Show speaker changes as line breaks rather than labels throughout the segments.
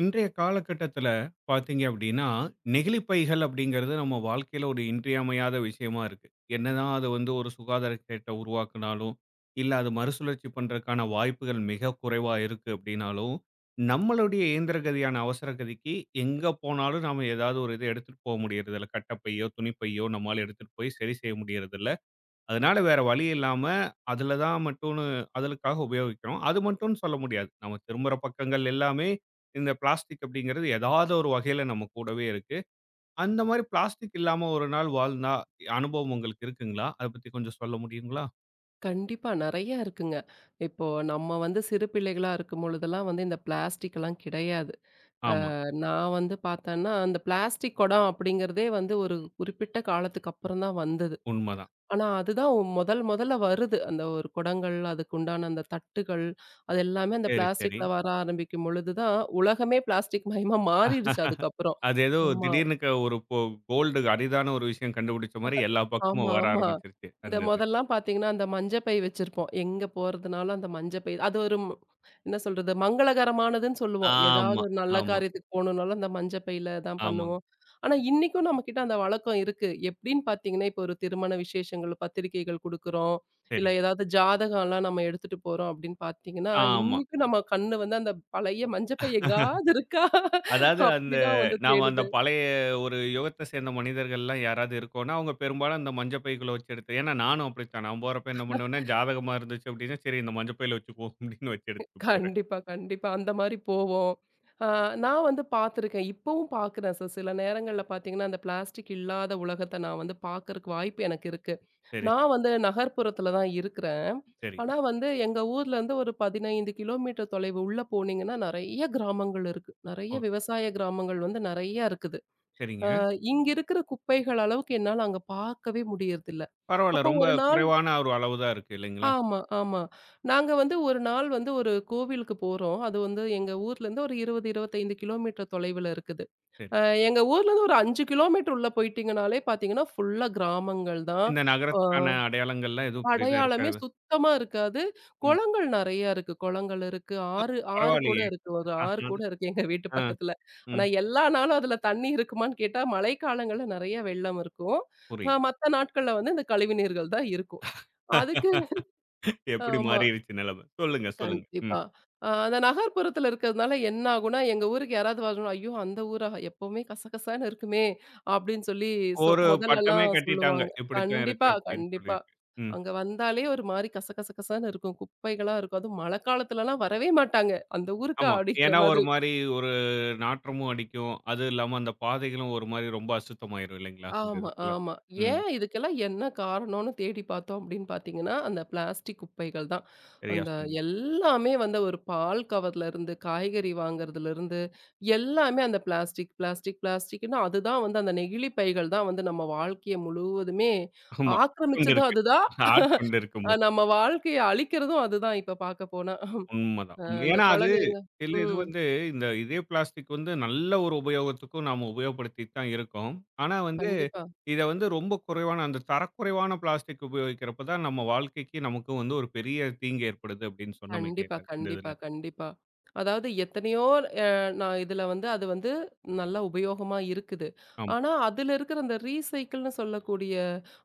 இன்றைய காலகட்டத்துல பார்த்தீங்க அப்டின்னா, நெகிழி பைகள் அப்டிங்கிறது நம்ம வாழ்க்கையில ஒரு இன்றியமையாத விஷயமா இருக்கு. என்னதான் அது வந்து ஒரு சுகாதார கேட்ட உருவாக்குனாலும், இல்ல அது மறுசுழற்சி பண்றதுக்கான வாய்ப்புகள் மிக குறைவா இருக்கு அப்டின்னாலும், நம்மளுடைய இயந்திர கதியான அவசர கதிக்கு எங்க போனாலும் நாம ஏதாவது ஒரு இத எடுத்துட்டு போ முடியறதில்ல. கட்டப்பையோ, துணிப்பையோ நம்மால எடுத்துட்டு போய் சரி செய்ய முடியறதில்ல. அதனால வேற வழி இல்லாம, அதுல தான் மட்டும்னு அதற்காக உபயோகிக்கிறோம். அது மட்டும்னு சொல்ல முடியாது. நம்ம திரும்புற பக்கங்கள் எல்லாமே இந்த பிளாஸ்டிக் அப்படிங்கிறது ஏதாவது ஒரு வகையில நம்ம கூடவே இருக்கு. அந்த மாரி பிளாஸ்டிக் இல்லாம ஒரு நாள் வாழ்ந்தா அனுபவம் உங்களுக்கு இருக்குங்களா? அத பத்தி கொஞ்சம் சொல்ல முடியுங்களா?
கண்டிப்பா. நெறையா இருக்குங்க. இப்போ நம்ம வந்து சிறு பிள்ளைகளா இருக்கும் பொழுதெல்லாம் வந்து இந்த பிளாஸ்டிக்லாம் கிடையாது.
ஆமா,
நான் வந்து பார்த்தேன்னா, அந்த பிளாஸ்டிக் குடம் அப்படிங்கிறதே வந்து ஒரு குறிப்பிட்ட காலத்துக்கு அப்புறம் தான் வந்தது.
உண்மதான்.
ஆனா அதுதான் முதல் முதல்ல வருது. அந்த ஒரு குடங்கள், அதுக்கு உண்டான அந்த தட்டுகள், அது எல்லாமே அந்த
சரி, சரி.
பிளாஸ்டிக்ல வர ஆரம்பிக்கும் பொழுது தான் உலகமே பிளாஸ்டிக் மயமா மாறிடுச்சு அதுக்கப்புறம்.
அது ஏதோ
ஆமா.
திடீர்னு க ஒரு பொ கோல்டு அரிதான ஒரு விஷயம் கண்டுபிடிச்ச மாரி எல்லா பக்கமும்
ஆமா,
வர
ஆமா.
ஆரம்பிச்சிருச்சு
இந்த
அந்த இது.
மொதல்லாம் பார்த்தீங்கன்னா, அந்த மஞ்ச பை வச்சிருப்போம். எங்க போறதுனாலும் அந்த மஞ்ச பை. அது ஒரு ம் என்ன சொல்றது? மங்களகரமானதுன்னு சொல்லுவோம். ஏதாவது
ஆமா,
ஒரு நல்ல
ஆமா,
காரியத்துக்கு போணும்னாலும் அந்த மஞ்ச பையில தான்
ஆமாங்க.
பண்ணுவோம். ஆனா, இன்னைக்கும் நம்மகிட்ட அந்த வழக்கம் இருக்கு. எப்படின்னு பார்த்தீங்கன்னா, இப்போ ஒரு திருமண விசேஷங்கள், பத்திரிக்கைகள் குடுக்குறோம். இல்ல
சரிங்க.
ஏதாவது ஜாதகம்லாம் நம்ம எடுத்துட்டு போறோம் அப்படின்னு பார்த்தீங்கன்னா,
ஆமா.
இன்னைக்கும் நம்ம கண்ணு வந்து அந்த பழைய மஞ்ச பை எங்காவது இருக்கா?
அதாவது அந்த
அப்படிதான் வந்து
நாம அந்த
தேடுது.
பழைய ஒரு யுகத்த சேர்ந்த மனிதர்கள்லாம் யாராவது இருக்கோம்னா, அவங்க பெரும்பாலும் அந்த மஞ்ச பைக்குள்ள வச்சு எடுத்து ஏன்னா நானும் அப்படித்தான். நான் போறப்ப என்ன பண்ணுவேன்னா, ஜாதகமா இருந்துச்சு அப்படின்னா, "சரி இந்த மஞ்ச பையில வச்சுக்குவோம்" அப்படின்னு வச்சு எடுத்துட்டு போறேன்.
கண்டிப்பா, கண்டிப்பா. அந்த மாரி போவோம். ஆ நான் வந்து பார்த்துருக்கேன். இப்பவும் பார்க்குறேன் சிஸ். சில நேரங்கள்ல பார்த்தீங்கன்னா, அந்த பிளாஸ்டிக் இல்லாத உலகத்த நான் வந்து பார்க்கறக்கு வாய்ப்பு எனக்கு இருக்கு.
சரி, சரி,
நான் வந்து நகர்ப்புறத்துல தான் இருக்கிறேன்.
சரி.
ஆனா வந்து எங்க ஊர்லருந்து ஒரு 15 கிலோமீட்டர் தொலைவு உள்ள போனீங்கன்னா, நெறைய கிராமங்கள் இருக்கு. நெறைய
ஓ!
விவசாய கிராமங்கள் வந்து நெறைய இருக்குது. ஆ
சரிங்க.
இங்க இருக்கிற குப்பைகள் அளவுக்கு என்னால அங்க பார்க்கவே முடியறதில்ல.
பரவால்ல.
அப்போ
ரொம்ப
ஒரு நாள்
குறைவான ஒரு அளவு தான் இருக்கு இல்லைங்களா?
ஆமா, ஆமா. நாங்க வந்து ஒரு நாள் வந்து ஒரு கோவிலுக்கு போறோம். அது வந்து எங்க ஊர்லேருந்து ஒரு 20, 25 கிலோமீட்டர் தொலைவுல இருக்குது.
சரி.
அ எங்க ஊர்லேருந்து ஒரு 5 கிலோமீட்டர் உள்ள போயிட்டீங்கனாலே பார்த்தீங்கன்னா, ஃபுல்லா கிராமங்கள் தான்.
இந்த
அ
நகரத்துக்கான அடையாளங்கள்லாம் எதுவும் பெரிதா
அடையாளமே
இருக்காது.
சுத்தமா இருக்காது.
ம்.
குளங்கள் நெறையா இருக்கு. குளங்கள் இருக்கு. ஆறு ஆறு கூட
பரவாயில்லையே.
இருக்கு. ஒரு ஆறு கூட இருக்கு எங்க வீட்டு
ஆ,
பக்கத்துல.
ம்.
ஆனா எல்லா நாளும் அதுல தண்ணி இருக்குமான்னு கேட்டா, மழைக்காலங்கள்ல நெறைய வெள்ளம் இருக்கும்.
புரியுது.
மத்த நாட்கள்ல வந்து இந்த கழிவு நீர்கள் தான் இருக்கும். அதுக்கு
எப்படி
ஆமா.
மாறிருச்சு நிலைமை. சொல்லுங்க, சொல்லுங்க. ம்.
கண்டிப்பா. அந்த நகர்ப்புறத்துல இருக்கிறதுனால என்ன ஆகும்னா, எங்க ஊருக்கு யாராவது வரணும், "ஐயோ! அந்த ஊரா? எப்பவுமே கசகசன்னு இருக்குமே!" அப்படின்னு சொல்லி
ஒரு பட்டமே
முதல்லலாம்
கட்டிட்டாங்க.
சொல்லுவாங்க.
இப்படித்தான் இருக்கு
கண்டிப்பா,
அப்படின்னு
கண்டிப்பா.
சொல்லிட்டு. ம்.
அங்க வந்தாலே ஒரு மாரி கசகசகசன்னு இருக்கும். குப்பைகளா இருக்கும். அதுவும் மழைக்காலத்துலலாம் வரவே மாட்டாங்க. "அந்த ஊருக்கா?"
ஆமா.
அப்படிங்கிற
ஏன்னா ஒரு
மாதிரி.
மாரி ஒரு நாற்றமும் அடிக்கும். அது இல்லாம அந்த பாதைகளும் ஒரு மாரி ரொம்ப அசுத்தமாயிரும் இல்லைங்களா? இந்த இது
ஆமா,
ஃபுல்லா.
ஆமா.
ம்.
ஏன் இதுக்கெல்லாம் என்ன காரணம்னு தேடி பார்த்தோம் அப்படின்னு பார்த்தீங்கன்னா, அந்த பிளாஸ்டிக் குப்பைகள் தான்.
சரியா
அந்த
சொன்னீங்க.
எல்லாமே வந்து ஒரு பால் கவர்லருந்து, காய்கறி வாங்குறதுலருந்து, எல்லாமே அந்த பிளாஸ்டிக், பிளாஸ்டிக், பிளாஸ்டிக்ன்னு அதுதான் வந்து அந்த நெகிழி பைகள் தான் வந்து நம்ம வாழ்க்கைய முழுவதுமே
ஆமா. கொண்டு
ஆக்கிரமிச்சதும்
இருக்கு.
அதுதான்.
ஆட்கொண்டு இருக்கு
நம்ம
மொத்தமா.
வாழ்க்கைய அழிக்கிறதும் அதுதான் இப்ப பார்க்க போனா.
உண்மதான். உண்ம.
அந்த
ஏன்னா அது
குழந்தைங்க
இல்ல இது
ம்.
வந்து இந்த இதே பிளாஸ்டிக் வந்து நல்ல ஒரு உபயோகத்துக்கும் நாம உபயோகப்படுத்திட்டு தான் இருக்கோம். ஆனா வந்து,
கண்டிப்பா.
இத வந்து ரொம்ப குறைவான அந்த தரக்குறைவான பிளாஸ்டிக் உபயோகிக்கிறப்ப தான் நம்ம வாழ்க்கைக்கு நமக்கும் வந்து ஒரு பெரிய தீங்கு ஏற்படுது அப்படின்னு சொன்னோம்
கண்டிப்பா,
இந்த
கண்டிப்பா,
இதுல.
கண்டிப்பா. அதாவது எத்தனையோ அ நான் இதுல வந்து அது வந்து நல்லா உபயோகமா இருக்குது.
ஆமா,
ஆனா, அதுல இருக்கிற அந்த ரீசைக்கிள்ன்னு சொல்லக்கூடிய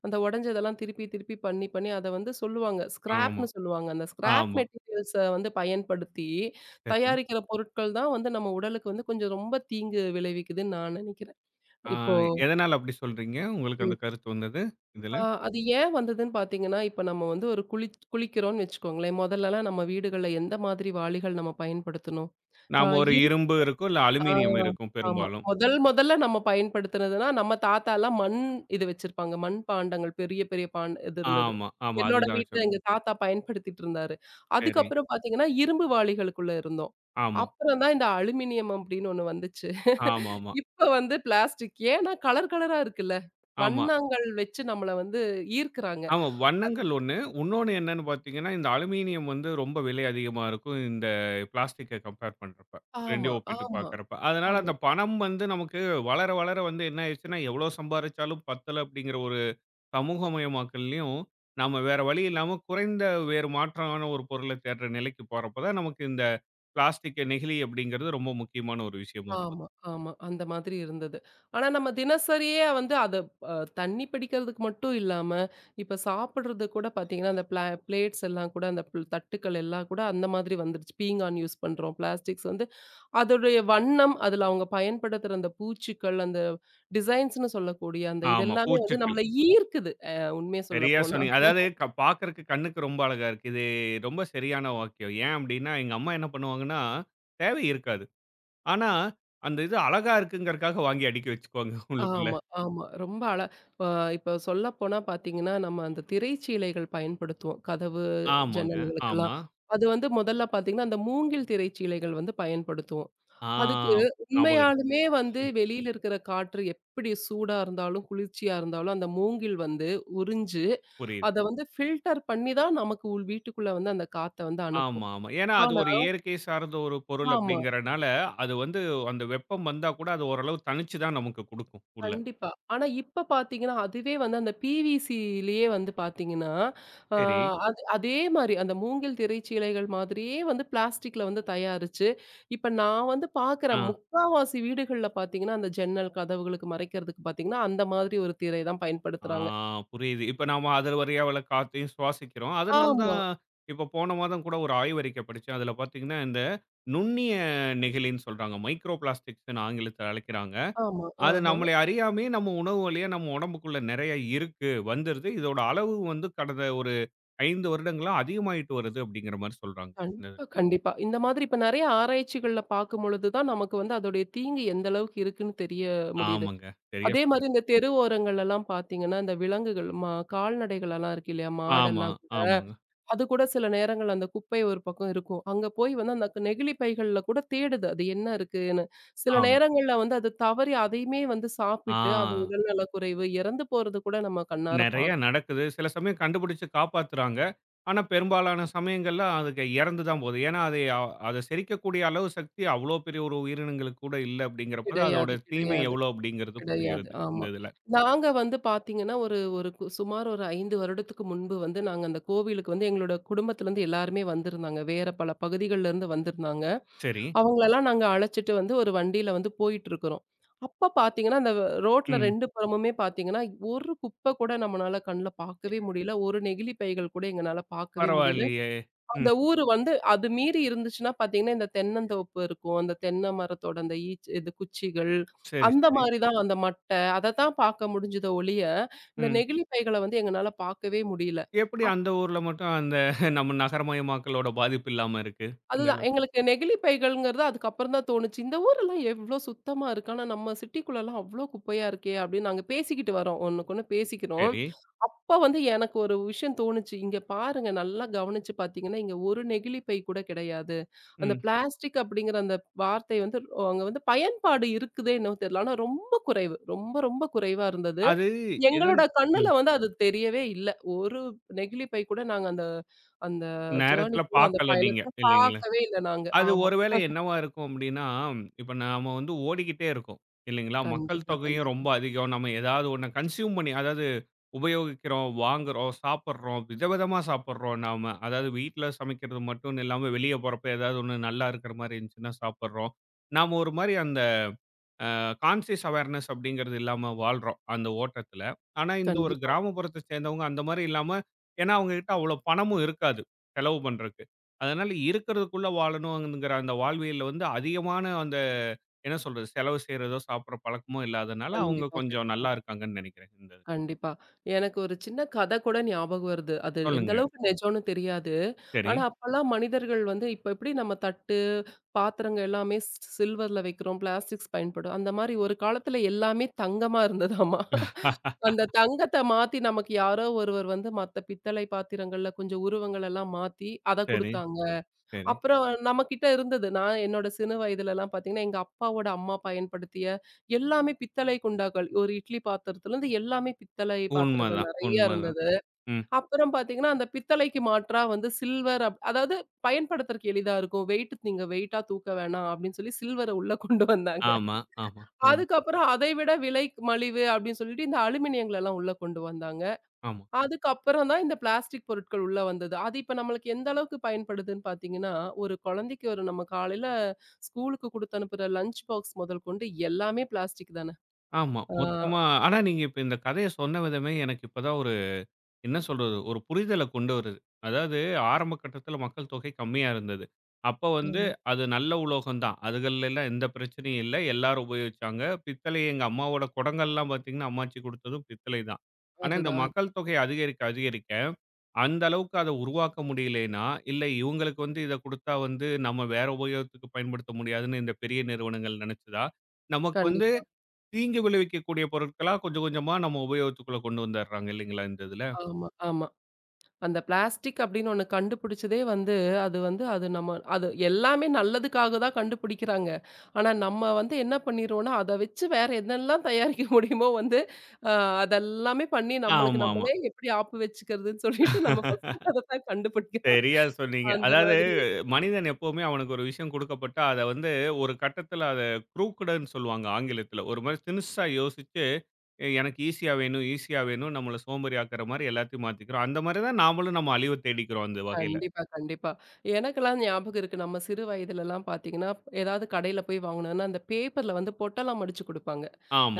அந்த உடைஞ்சதெல்லாம் திருப்பி, திருப்பி பண்ணி, பண்ணி அத வந்து சொல்லுவாங்க.
ஆமா,
ஸ்கிராப்ன்னு சொல்லுவாங்க. அந்த ஸ்கிராப்
ஆமா.
மெட்டீரியல்ஸ வந்து பயன்படுத்தி
சரி.
தயாரிக்கிற பொருட்கள் தான் வந்து நம்ம உடலுக்கு வந்து கொஞ்சம் ரொம்ப தீங்கு விளைவிக்குதுன்னு நான் நினைக்கிறேன்.
ஆ
இப்போ
எதனால அப்படி சொல்றீங்க? உங்களுக்கு அந்த கருத்து வந்தது இதுல?
ஆ, அது ஏன் வந்ததுன்னு பார்த்தீங்கன்னா, இப்ப நம்ம வந்து ஒரு குளிக்கிறோம்னு வச்சுக்கோங்களேன். முதல்லலாம் நம்ம வீடுகள்ல எந்த மாதிரி வாளிகள் நம்ம பயன்படுத்தணும்? ஆ
நாம ஒரு
இரு
இரும்பு இருக்கும், இல்ல
ஆ
அலுமினியம் இருக்கும்
ஆமா.
பெரும்பாலும்.
முதல் முதல்ல நம்ம பயன்படுத்தினதுனா, நம்ம தாத்தாலாம் மண் வச்சிருப்பாங்க. மண் பாண்டங்கள் பெரிய பெரிய பான் இருந்தது.
ஆமா, ஆமா.
என்னோட
அதுதான்
வீட்ல
வச்சிருப்போம்.
எங்க தாத்தா பயன்படுத்திட்டு இருந்தாரு.
சரி.
அதுக்கப்புறம் பார்த்தீங்கன்னா, இரும்பு வாளிகளுக்குள்ள இருந்தோம்.
ஆமா,
அப்புறம் தான் இந்த அலுமினியம் அப்படின்னு ஒண்ணு வந்துச்சு.
ஆமாமா. ஆமா.
இப்ப வந்து பிளாஸ்டிக். ஏன்னா கலர் கலரா இருக்குல்ல.
ஆமா,
வண்ணங்கள் வச்சு நம்மள வந்து ஈர்க்கிறாங்க.
ஆமா. வண்ணங்கள் ஒண்ணு. உன்னொன்னு என்னன்னு பார்த்தீங்கன்னா, இந்த அலுமீனியம் வந்து ரொம்ப விலை அதிகமா இருக்கும். இந்த பிளாஸ்டிக்க கம்பேர் பண்றப்ப.
ஆமா,
2யும் ஒப்பிட்டு
ஆமா,
பார்க்கிறப்ப. அதனால
ஆமா,
அந்த பணம் வந்து நமக்கு வளர, வளர வந்து என்ன ஆயிடுச்சுன்னா, எவ்வளோ சம்பாரிச்சாலும் பத்தல அப்படிங்கிற ஒரு சமூகமயமாக்கல்லயும், நம்ம வேற வழி இல்லாம குறைந்த வேறு மாற்றான ஒரு பொருள தேடுற நிலைக்கு போறப்ப தான், நமக்கு இந்த பிளாஸ்டிக் நெகிழி அப்படிங்கிறது ரொம்ப முக்கியமான ஒரு விஷயமா போகுது.
ஆமா, ஆமா. அந்த மாதிரி இருந்தது. ஆனா நம்ம தினசரியே வந்து அத தண்ணி பிடிக்கிறதுக்கு மட்டும் இல்லாம, இப்ப சாப்பிடுறது கூட பார்த்தீங்கன்னா, அந்த பிளா பிளேட்ஸ் எல்லாம் கூட அந்த தட்டுக்கள் எல்லாம் கூட அந்த மாதிரி வந்துருச்சு. பீங்கான் யூஸ் பண்றோம். பிளாஸ்டிக்ஸ் வந்து அதோடைய வண்ணம், அதுல அவங்க பயன்படுத்துற அந்த பூச்சிக்கள், அந்த டிசைன்ஸ்ன்னு சொல்லக்கூடிய அந்த
ஆமா.
இதெல்லாமே வந்து
பூச்சுக்கள்.
நம்மள ஈர்க்குது. உண்மைய
சரியா
சொல்லப்போனா.
சொன்னீங்க. அதாவது பார்க்கறக்கு கண்ணுக்கு ரொம்ப அழகா இருக்கு. இது ரொம்ப சரியான வாக்கியம். ஏன் அப்படின்னா, எங்க அம்மா என்ன பண்ணுவாங்கன்னா, தேவை இருக்காது. ஆனா, அந்த இது அழகா இருக்குங்கிறக்காக வாங்கி அடுக்கி வச்சுக்குவாங்க உள்ளுக்குள்ள.
ஆமா, ஆமா. ரொம்ப அழ அ இப்ப சொல்லப்போனா பார்த்தீங்கன்னா, நம்ம அந்த திரைச்சீலைகள் பயன்படுத்துவோம். கதவு,
ஆமாங்க.
ஜன்னல்களுக்கெல்லாம்.
ஆமா.
அது வந்து முதல்ல பார்த்தீங்கன்னா, அந்த மூங்கில் திரைச்சீலைகள் வந்து பயன்படுத்துவோம்.
ஆ
அதுக்கு
ஞாபகம் இருக்கு.
உண்மையாலுமே வந்து
ம்.
வெளியில இருக்கிற காற்று எப்படி சூடா இருந்தாலும், குளிர்ச்சியா இருந்தாலும், அந்த மூங்கில் வந்து உறிஞ்சு,
புரியுது.
அத வந்து ஃபில்டர் பண்ணி தான் நமக்கு உள் வீட்டுக்குள்ள வந்து அந்த காத்த வந்து அனுப்பும்.
ஆமா, ஆமா. ஏன்னா, அது
ஆனா
ஒரு இயற்கை சார்ந்த ஒரு பொருள்
ஆமா.
அப்படிங்கிறனால, அது வந்து அந்த வெப்பம் வந்தா கூட அது ஓரளவு தணிச்சு தான் நமக்கு குடுக்கும், உள்ள.
கண்டிப்பா. ஆனா இப்ப பார்த்தீங்கன்னா, அதுவே வந்து அந்த பிவிசிலயே வந்து பார்த்தீங்கன்னா, ஆ
சரி.
அது அதே மாரி அந்த மூங்கில் திரைச்சீலைகள் மாதிரியே வந்து பிளாஸ்டிக்ல வந்து தயாரிச்சு, இப்ப நான் வந்து
ஆ.
பார்க்குறேன். முக்காவாசி வீடுகள்ல பார்த்தீங்கன்னா, அந்த ஜன்னல் கதவுகளுக்கு மறைக்கிறதுக்கு பார்த்தீங்கன்னா, அந்த மாதிரி ஒரு திரை தான்
ஆ
பயன்படுத்துறாங்க.
புரியுது. இப்ப நாம அது வழியா வர்ற காத்தையும் சுவாசிக்கிறோம். அதனால
ஆமா,
தான் இப்ப போன மாதம் கூட ஒரு ஆய்வறிக்கை படிச்சேன். அதுல பார்த்தீங்கன்னா, இந்த நுண்ணிய நெகிழின்னு சொல்றாங்க. மைக்ரோ பிளாஸ்டிக்ஸ்ன்னு ஆங்கிலத்துல அழைக்கிறாங்க.
ஆமா.
அது
ஆஹ.
நம்மளை அறியாமயே நம்ம உணவு வழியா நம்ம உடம்புக்குள்ள நெறைய இருக்கு, வந்துருது. இதோட அளவு வந்து கடந்த ஒரு 5 வருடங்களா அதிகமாயிட்டு வருது அப்படிங்கிற மாரி சொல்றாங்க. இந்த இது.
கண்டிப்பா, கண்டிப்பா. இந்த மாதிரி இப்ப நெறைய ஆராய்ச்சிகள்ல பார்க்கும் பொழுது தான், நமக்கு வந்து அதோடைய தீங்கு எந்த அளவுக்கு இருக்குன்னு தெரிய முடியுது.
ஆமாங்க. சரியா
அதே மாரி
சொன்னீங்க.
இந்த தெரு ஓரங்கள்லலாம் பார்த்தீங்கன்னா, இந்த விலங்குகள் கால்நடைகளெல்லாம் இருக்கு இல்லையா?
ஆமா,
மாடெல்லாம்.
ஆமாங்க,
அது கூட சில நேரங்கள்ல அந்த குப்பை ஒரு பக்கம் இருக்கும். அங்க போய் வந்து அந்த நெகிழி பைகள்ல கூட தேடுது. அது என்ன இருக்குன்னு. சில
ஆமா.
நேரங்கள்ல வந்து அது தவறி அதையுமே வந்து சாப்பிட்டு, அது
ஆ.
உடல்நலக் குறைவு இறந்து போறது கூட நம்ம கண்ணார
நெறைய
பார்க்குறோம்.
நடக்குது. சில சமயம் கண்டுபிடிச்சு காப்பாத்துறாங்க. ஆனா, பெரும்பாலான சமயங்கள்ல அதுக்கு இறந்து தான் போகுது. ஏன்னா, அதை அத செரிக்கக்கூடிய அளவு சக்தி அவ்வளோ பெரிய ஒரு உயிரினங்களுக்கு கூட இல்ல அப்படிங்கிறப்ப தான்
கிடையாது,
அதோட தீமை
கிடையாது,
எவ்வளோ அப்படிங்கிறது
கிடையாது.
புரிகிறது, இந்த
ஆமா.
இதுல.
நாங்க வந்து பார்த்தீங்கன்னா, ஒரு ஒரு கு சுமார் ஒரு 5 வருடத்துக்கு முன்பு வந்து நாங்க அந்த கோவிலுக்கு வந்து எங்களோட குடும்பத்திலருந்து எல்லாருமே வந்திருந்தாங்க. வேற பல பகுதிகள்லேருந்து வந்திருந்தாங்க.
சரி.
அவங்களலாம் நாங்க அழைச்சுட்டு வந்து ஒரு வண்டியில வந்து போயிட்டுருக்கிறோம். அப்ப பார்த்தீங்கன்னா, அந்த ரோட்ல
ம்.
2 புறமுமே பார்த்தீங்கன்னா, ஒரு குப்பை கூட நம்மனால கண்ல பார்க்கவே முடியல. ஒரு நெகிழி பைகள் கூட எங்கனால பார்க்கவே முடியல.
பரவாயில்லையே!
அந்த
ம்.
ஊரு வந்து அது மீறி இருந்துச்சுன்னா பார்த்தீங்கன்னா, இந்த தென்னந்தோப்பு இருக்கும். அந்த தென்னை மரத்தோட அந்த ஈச் இது குச்சிகள்,
சரி,
அந்த
சரி.
மாரி தான் அந்த மட்டை, அதத்தான் பார்க்க முடிஞ்சத ஒழிய, இந்த
ம்.
நெகிழி பைகள வந்து எங்கனால பார்க்கவே முடியல.
எப்படி அந்த ஊர்ல மட்டும் அந்த நம்ம நகரமயமாக்கலோட பாதிப்பு இல்லாம இருக்கு? இந்த
அதுதான்.
அளவுக்கு.
எங்களுக்கு நெகிழி பைகள்ங்கிறது அதுக்கப்புறம் தான் தோணுச்சு. இந்த ஊரெல்லாம் எவ்ளோ சுத்தமா இருக்கு. ஆனா நம்ம சிட்டிக்குள்ளலாம் அவ்ளோ குப்பையா இருக்கே! அப்படின்னு நாங்க பேசிக்கிட்டு வரோம். ஒண்ணுக்கொண்ணு பேசிக்கிறோம்.
சரி.
அப்ப வந்து எனக்கு ஒரு விஷயம் தோணுச்சு. இங்க பாருங்க நல்லா கவனிச்சு பார்த்தீங்கன்னா, இங்க ஒரு நெகிழி பை கூட கிடையாது. அந்த
ம்.
பிளாஸ்டிக் அப்படிங்கிற அந்த வார்த்தை வந்து அங்க வந்து பயன்பாடு இருக்குதோ என்னவோ தெரியல. ஆனா ரொம்ப குறைவு. ரொம்ப ரொம்ப குறைவா இருந்தது.
அது எதன்
எங்களோட கண்ணுல
ம்.
வந்து அது தெரியவே இல்ல. ஒரு நெகிழி பை கூட நாங்க அந்த அந்த ஜர்னி
நேரத்துல
ஃபுல்லா அந்த
பார்க்கல நீங்க
பயணத்துல
இல்லைங்களா?
பாக்கவே இல்ல நாங்க.
அது
ஆமா.
ஒருவேளை என்னவா இருக்கும் அப்படின்னா, இப்ப நாம வந்து ஓடிக்கிட்டே இருக்கோம் இல்லைங்களா? மக்கள்
கண்டிப்பா,
தொகையும்
கண்டிப்பா.
ரொம்ப அதிகம். நம்ம ஏதாவது ஒண்ண கன்சியூம் பண்ணி அதாவது உபயோகிக்கிறோம், வாங்குறோம், சாப்பிடுறோம். விதவிதமா சாப்பிடுறோம் நாம. அதாவது வீட்ல சமைக்கிறது மட்டும்னு இல்லாம வெளிய போறப்ப ஏதாவது ஒண்ணு நல்லா இருக்கிற மாரி இருந்துச்சுன்னா சாப்பிடுறோம். நாம ஒரு மாரி அந்த கான்ஷியஸ் அவேர்னஸ் அப்படிங்கிறது இல்லாம வாழ்றோம் அந்த ஓட்டத்துல. ஆனா, இந்த ஒரு
கண்டிப்பா,
கிராமப்புறத்த சேர்ந்தவங்க அந்த மாரி இல்லாம ஏன்னா அவங்ககிட்ட அவ்வளோ பணமும் இருக்காது, செலவு பண்றக்கு. அதனால இருக்கிறதுக்குள்ள வாழணுங்கிற அந்த வாழ்வியல்ல வந்து அதிகமான அந்த என்ன சொல்றது? செலவு செய்றதோ, சாப்பிடுற பழக்கமோ இல்லாதனால அவங்க
கண்டிப்பா,
கொஞ்சம்
கண்டிப்பா,
நல்லா இருக்காங்கன்னு நெனைக்கிறேன். இந்த இது.
கண்டிப்பா. எனக்கு ஒரு சின்ன கத கூட ஞாபகம் வருது. அது எந்த
சொல்லுங்க.
அளவுக்கு நிஜம்னு தெரியாது.
சரி.
ஆனா, அப்பலாம் மனிதர்கள் வந்து இப்ப எப்படி நம்ம தட்டு, பாத்திரங்கள் எல்லாமே சில்வர்ல வைக்கிறோம், பிளாஸ்டிக்ஸ் பயன்படும். அந்த மாரி ஒரு காலத்துல எல்லாமே தங்கமா இருந்ததாமா. அந்த தங்கத்த மாத்தி நமக்கு யாரோ ஒருவர் வந்து மத்த பித்தளை பாத்திரங்கள்ல கொஞ்சம் உருவங்கள் எல்லாம் மாத்தி, அத
சரி,
குடுத்தாங்க.
சரி.
அப்புறம் நம்மகிட்ட இருந்தது. நான் என்னோட சிறு வயதுலலாம் பார்த்தீங்கன்னா, எங்க அப்பாவோட அம்மா பயன்படுத்திய எல்லாமே பித்தளை குண்டாக்கள். ஒரு இட்லி பாத்திரத்துலருந்து எல்லாமே பித்தளை பாத்திரங்கள்
உண்மதான்,
நெறையா
உண்மதான்.
இருந்தது.
ம்.
அப்புறம் பார்த்தீங்கன்னா, அந்த பித்தளைக்கு மாற்றா வந்து சில்வர் அப் அதாவது பயன்படுத்துறதுக்கு எளிதா இருக்கும். வெயிட் நீங்க வெயிட்டா தூக்க வேணாம் அப்படின்னு சொல்லி சில்வர உள்ள கொண்டு வந்தாங்க.
ஆமா, ஆமா, ம்.
அதுக்கப்புறம் அதை விட விலை மலிவு அப்படின்னு சொல்லிட்டு இந்த அலுமினியங்கள எல்லாம் உள்ள கொண்டு வந்தாங்க.
ஆமா,
அதுக்கப்புறம் தான் இந்த பிளாஸ்டிக் பொருட்கள் உள்ள வந்தது. அது இப்ப நம்மளுக்கு எந்த அளவுக்கு பயன்படுதுன்னு பார்த்தீங்கன்னா, ஒரு குழந்தைக்கு ஒரு நம்ம காலையில ஸ்கூலுக்கு குடுத்து அனுப்புற லஞ்ச் பாக்ஸ் முதல் கொண்டு எல்லாமே பிளாஸ்டிக் தானே!
ஆமா.
ஆமா.
மொத்தமா ஆனா நீங்க இப்ப இந்த கதைய சொன்ன விதமே எனக்கு இப்ப தான் ஒரு என்ன சொல்றது? ஒரு புரிதல கொண்டு வருது. அதாவது ஆரம்ப கட்டத்தில மக்கள் தொகை கம்மியா இருந்தது. அப்ப வந்து
ஆமா.
அது நல்ல உலோகம் தான். அதுகள்ல எல்லாம் எந்த பிரச்சனையும் இல்ல. எல்லாரும் உபயோகிச்சாங்க. பித்தளை எங்க அம்மாவோட குடங்கள்லாம் பார்த்தீங்கன்னா, அம்மாச்சி குடுத்ததும் பித்தளை தான். ஆனா இந்த
அதுதான்.
மக்கள் தொகை அதிகரிக்க, அதிகரிக்க அந்த அளவுக்கு அத உருவாக்க முடியலைன்னா, இல்ல இவங்களுக்கு வந்து இத குடுத்தா வந்து நம்ம வேற உபயோகத்துக்கு பயன்படுத்த முடியாதுன்னு இந்த பெரிய நிறுவனங்கள் நினைச்சதா, நமக்கு வந்து
கண்டிப்பா.
தீங்கு விளைவிக்கக்கூடிய பொருட்களா கொஞ்சம் கொஞ்சமா நம்ம உபயோகத்துக்குள்ள கொண்டு வந்துர்றாங்க இல்லைங்களா இந்த இதுல?
ஆமா, ஆமா. அந்த பிளாஸ்டிக் அப்படின்னு ஒண்ணு கண்டுபிடிச்சதே வந்து, அது வந்து அது நம்ம அது எல்லாமே நல்லதுக்காக தான் கண்டுபிடிக்கிறாங்க. ஆனா, நம்ம வந்து என்ன பண்ணிருவோம்னா, அத வச்சு வேற என்னெல்லாம் தயாரிக்க முடியுமோ வந்து, அ அதெல்லாமே பண்ணி நம்மளுக்கு
ஆமாமா.
நம்மளே எப்படி ஆப்பு வச்சுக்கிறதுன்னு சொல்லிட்டு நம்ம ஃபர்ஸ்ட்டு அதத்தான் கண்டுபிடிக்கிறோம்.
சரியா சொன்னீங்க.
அந்த
அதாவது
மாதிரி
மனிதன் எப்பவுமே அவனுக்கு ஒரு விஷயம் குடுக்கப்பட்டா, அத வந்து ஒரு கட்டத்துல அத க்ரூக்கடுன்னு சொல்லுவாங்க ஆங்கிலத்துல. ஒரு மாரி தினுசா யோசிச்சு, எனக்கு ஈஸியா வேணும், ஈஸியா வேணும் நம்மள சோம்பேறி ஆக்குற மாரி எல்லாத்தையும் மாத்திக்கிறோம். அந்த மாரி தான் நாமளும் நம்ம அழிவ தேடிக்கிறோம் அந்த வகையில.
கண்டிப்பா, கண்டிப்பா. எனக்கெல்லாம் ஞாபகம் இருக்கு. நம்ம சிறு வயதிலலாம் பார்த்தீங்கன்னா, ஏதாவது கடையில போய் வாங்கணும்னா, அந்த பேப்பர்ல வந்து பொட்டெல்லாம் மடிச்சு குடுப்பாங்க.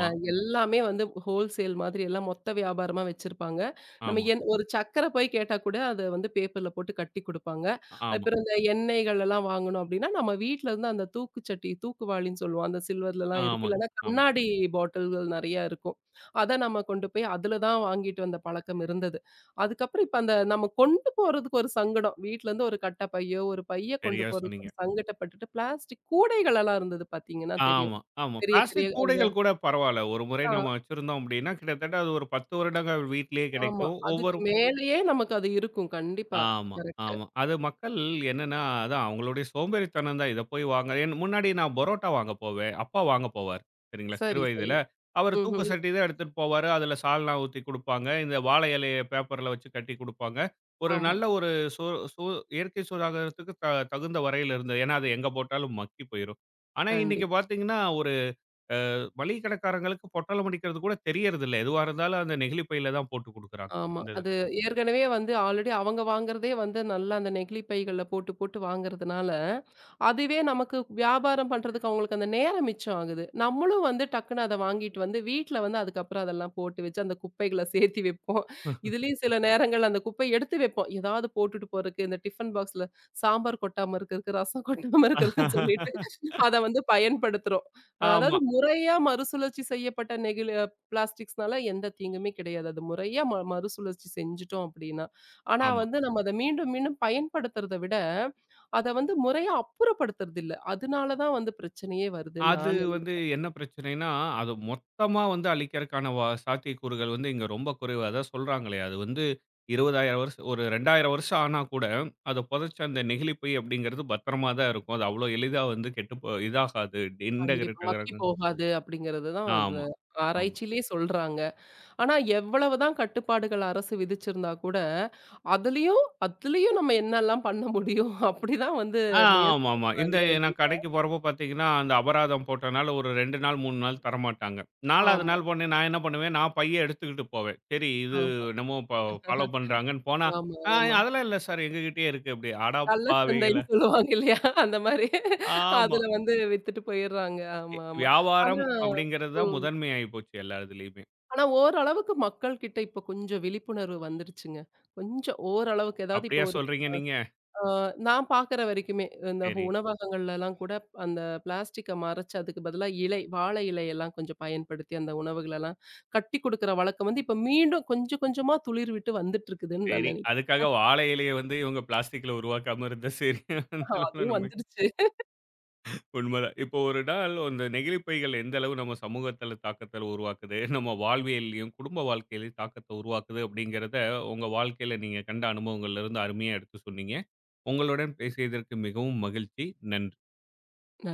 அ எல்லாமே வந்து ஹோல்சேல் மாதிரி எல்லாம் மொத்த வியாபாரமா வச்சிருப்பாங்க. நம்ம
ஆமா,
என் ஒரு சக்கர போய் கேட்டா கூட அத வந்து பேப்பர்ல போட்டு கட்டி குடுப்பாங்க.
ஆமா,
அப்புறம் இந்த எண்ணெய்கள் எல்லாம் வாங்கணும் அப்படின்னா, நம்ம வீட்ல இருந்து அந்த தூக்குச்சட்டி, தூக்குவாளின்னு சொல்லுவோம். அந்த சில்வர்லலாம் இருக்கும்.
ஆமாங்க,
இல்லன்னா
ஆமா.
கண்ணாடி பாட்டில்கள் நெறையா இருக்கும். அத நம்ம கொண்டு போய் அதுல தான் வாங்கிட்டு வந்த பழக்கம் இருந்தது. அதுக்கப்புறம் இப்ப அந்த நம்ம கொண்டு போறதுக்கு ஒரு சங்கடம். வீட்ல இருந்து ஒரு கட்ட பையோ, ஒரு பைய கொண்டு
சரியா
போறதுக்கு
சொன்னீங்க.
ஒரு சங்கட்டப்பட்டுட்டு பிளாஸ்டிக் கூடைகள் எல்லாம் இருந்தது பார்த்தீங்கன்னா தெரியும்.
ஆமா, ஆமா.
பெரிய பெரிய
பிளாஸ்டிக்
அந்த
கூடைகள் கூட பரவால்ல. ஒரு முறை
ஆ.
நம்ம வச்சிருந்தோம் அப்டின்னா, கிட்டத்தட்ட அது ஒரு 10 வருடங்கள் வீட்லயே
ஆமா.
கிடைக்கும்.
அதுக்கு
ஒவ்வொரு
மேலயே நமக்கு அது இருக்கும். கண்டிப்பா.
ஆமா,
கரெக்ட்டு.
ஆமா. அது மக்கள் என்னன்னா, அதான் அவங்களுடைய சோம்பேறித்தனம் தான். இத போய் வாங்க ஏன் முன்னாடி நான் பரோட்டா வாங்க போவேன். அப்பா வாங்க போவாரு. சரிங்களா, சிறு
சரி, சரி.
வயதில. அவரு தூக்கு
ம்ஹ்ம்.
சட்டி தான் எடுத்துட்டு போவாரு. அதில சால்னா ஊத்தி குடுப்பாங்க. இந்த வாழை இலைய பேப்பர்ல வச்சு கட்டி குடுப்பாங்க. ஒரு
ஆமா.
நல்ல ஒரு சு சு இயற்கை சூதாகறதுக்கு தகுந்த வரையில இருந்தது. ஏன்னா, அது எங்க போட்டாலும் மக்கி போயிரும். ஆனா, இன்னைக்கு
கண்டிப்பா.
பார்த்தீங்கன்னா, ஒரு மளிகை கடைக்காரங்களுக்கு பொட்டலம் அடிக்கிறது கூட தெரியறதில்ல. எதுவா இருந்தாலும் அந்த நெகிழி பையில தான் போட்டு குடுக்குறாங்க.
ஆமா.
இந்த இதுல.
அது ஏற்கனவே வந்து ஆல்ரெடி அவங்க வாங்குறதே வந்து நல்லா அந்த நெகிழி பைகள்ல போட்டு, போட்டு வாங்குறதுனால, அதுவே நமக்கு வியாபாரம் பண்றதுக்கு அவங்களுக்கு அந்த நேரம் மிச்சம் ஆகுது. நம்மளும் வந்து டக்குன்னு அத வாங்கிட்டு வந்து வீட்ல வந்து அதுக்கப்புறம் அதெல்லாம் போட்டு வச்சு அந்த குப்பைகள சேர்த்தி வைப்போம். இதுலயும் சில நேரங்கள்ல அந்த குப்பை எடுத்து வைப்போம். ஏதாவது போட்டுட்டு போறக்கு இந்த டிஃபன் பாக்ஸ்ல சாம்பார் கொட்டாம இருக்கறக்கு, ரசம் கொட்டாம இருக்கறக்குன்னு சொல்லிட்டு அத வந்து பயன்படுத்துறோம்.
ஆமா,
அதாவது முறையா மறுசுழற்சி செய்யப்பட்ட நெகிழி பிளாஸ்டிக்ஸ்னால எந்த தீங்குமே கிடையாது. அது முறையா மறுசுழற்சி செஞ்சுட்டோம் அப்படின்னா. ஆனா
ஆமா.
வந்து நம்ம அத மீண்டும், மீண்டும் பயன்படுத்துறத விட, அத வந்து முறையா அப்புறப்படுத்துறது இல்ல. அதனால தான் வந்து பிரச்சனையே வருதுன்னு
அது
நான் நெனை
வந்து என்ன பிரச்சனைன்னா, அது மொத்தமா வந்து அழிக்கிறக்கான சாத்தியக்கூறுகள் வந்து இங்க ரொம்ப குறைவு. அதான் சொல்றாங்களே, அது வந்து 20,000 வருஷம் ஒரு 2,000 வருஷம் ஆனா கூட, அத புதைச்ச அந்த நெகிழிப்பை அப்படிங்கிறது பத்திரமா தான் இருக்கும். அது அவ்வளோ எளிதா வந்து கெட்டுப்போ இதாகாது.
கண்டிப்பா.
இன்டகிரேட்
மக்கி
ஆகுறது
போகாது அப்படிங்கிறது தான் அந்த
ஆமா, ஆமா.
ஆராய்ச்சியிலேயே சொல்றாங்க. ஆனா எவ்வளவு தான் கட்டுப்பாடுகள் அரசு விதிச்சிருந்தா கூட, அதுலயும் அதுலயும் நம்ம என்னலாம் பண்ண முடியும்? அப்படிதான் வந்து
ஆ
முயற்சி
ஆமாமா. இந்த
பண்றாங்களே ஒழிய
நான் கடைக்கு போறப்போ பார்த்தீங்கன்னா, அந்த அபராதம் போட்டனால ஒரு 2 நாள், 3 நாள் தரமாட்டாங்க. 4வது
ஆமா,
நாள் போனே நான் என்ன பண்ணுவேன், நான் பைய எடுத்துக்கிட்டு போவேன். சரி இது
ஆமா,
என்னமோ ஃபாலோ பண்றாங்கன்னு போனா,
ஆமா,
"ஆ
ஆமா.
அதெல்லாம் இல்ல சார் எங்ககிட்டயே இருக்கு" அப்படி. அட
கள்ளச்சந்தைன்னு
பாவிகளா!
சொல்லுவாங்க இல்லையா? அந்த மாரி
ஆமா.
அதுல வந்து வித்துட்டு போயிர்றாங்க. ஆமா, ஆமா.
வியாபாரம்
ஆனா
அப்படிங்கிறது தான்
ம்.
முதன்மை ஆயிப்போச்சு எல்லா இதுலயுமே.
ஆனா ஓரளவுக்கு மக்கள் கிட்ட இப்ப கொஞ்சம் விழிப்புணர்வு வந்துருச்சுங்க. கொஞ்சம் ஓரளவுக்கு ஏதாவது இப்போ
அப்படியா
ஒரு
சொல்றீங்க நீங்க?
ஆ நான் பார்க்குற வரைக்குமே, இந்த
சரி,
உணவகங்கள்லலாம் கூட அந்த பிளாஸ்டிக்க மறைச்சு அதுக்கு பதிலா இலை, வாழை இலையெல்லாம் கொஞ்சம் பயன்படுத்தி அந்த உணவுகளெல்லாம் கட்டி குடுக்குற வழக்கம் வந்து இப்ப மீண்டும் கொஞ்சம் கொஞ்சமா துளிர் விட்டு வந்துட்டுருக்குதுன்னு நான்
சரி.
நினைக்கிறேன்.
அதுக்காக வாழை இலைய வந்து இவங்க பிளாஸ்டிக்ல உருவாக்காம இருந்தா சரி. அந்த அளவுல
அதுவும்
நம்ம
வந்துருச்சு.
உண்மைதான். இப்போ ஒரு நாள் அந்த நெகிழி பைகள் எந்த அளவு நம்ம சமூகத்தில தாக்கத்த உருவாக்குது, நம்ம வாழ்வியல்லயும், குடும்ப வாழ்க்கையிலயும் தாக்கத்த உருவாக்குது அப்படிங்கிறத உங்க வாழ்க்கையில நீங்க கண்ட அனுபவங்கள்ல இருந்து அருமையா எடுத்து சொன்னீங்க. உங்களுடன் பேசியதற்கு மிகவும் மகிழ்ச்சி. நன்றி.
நன்றி.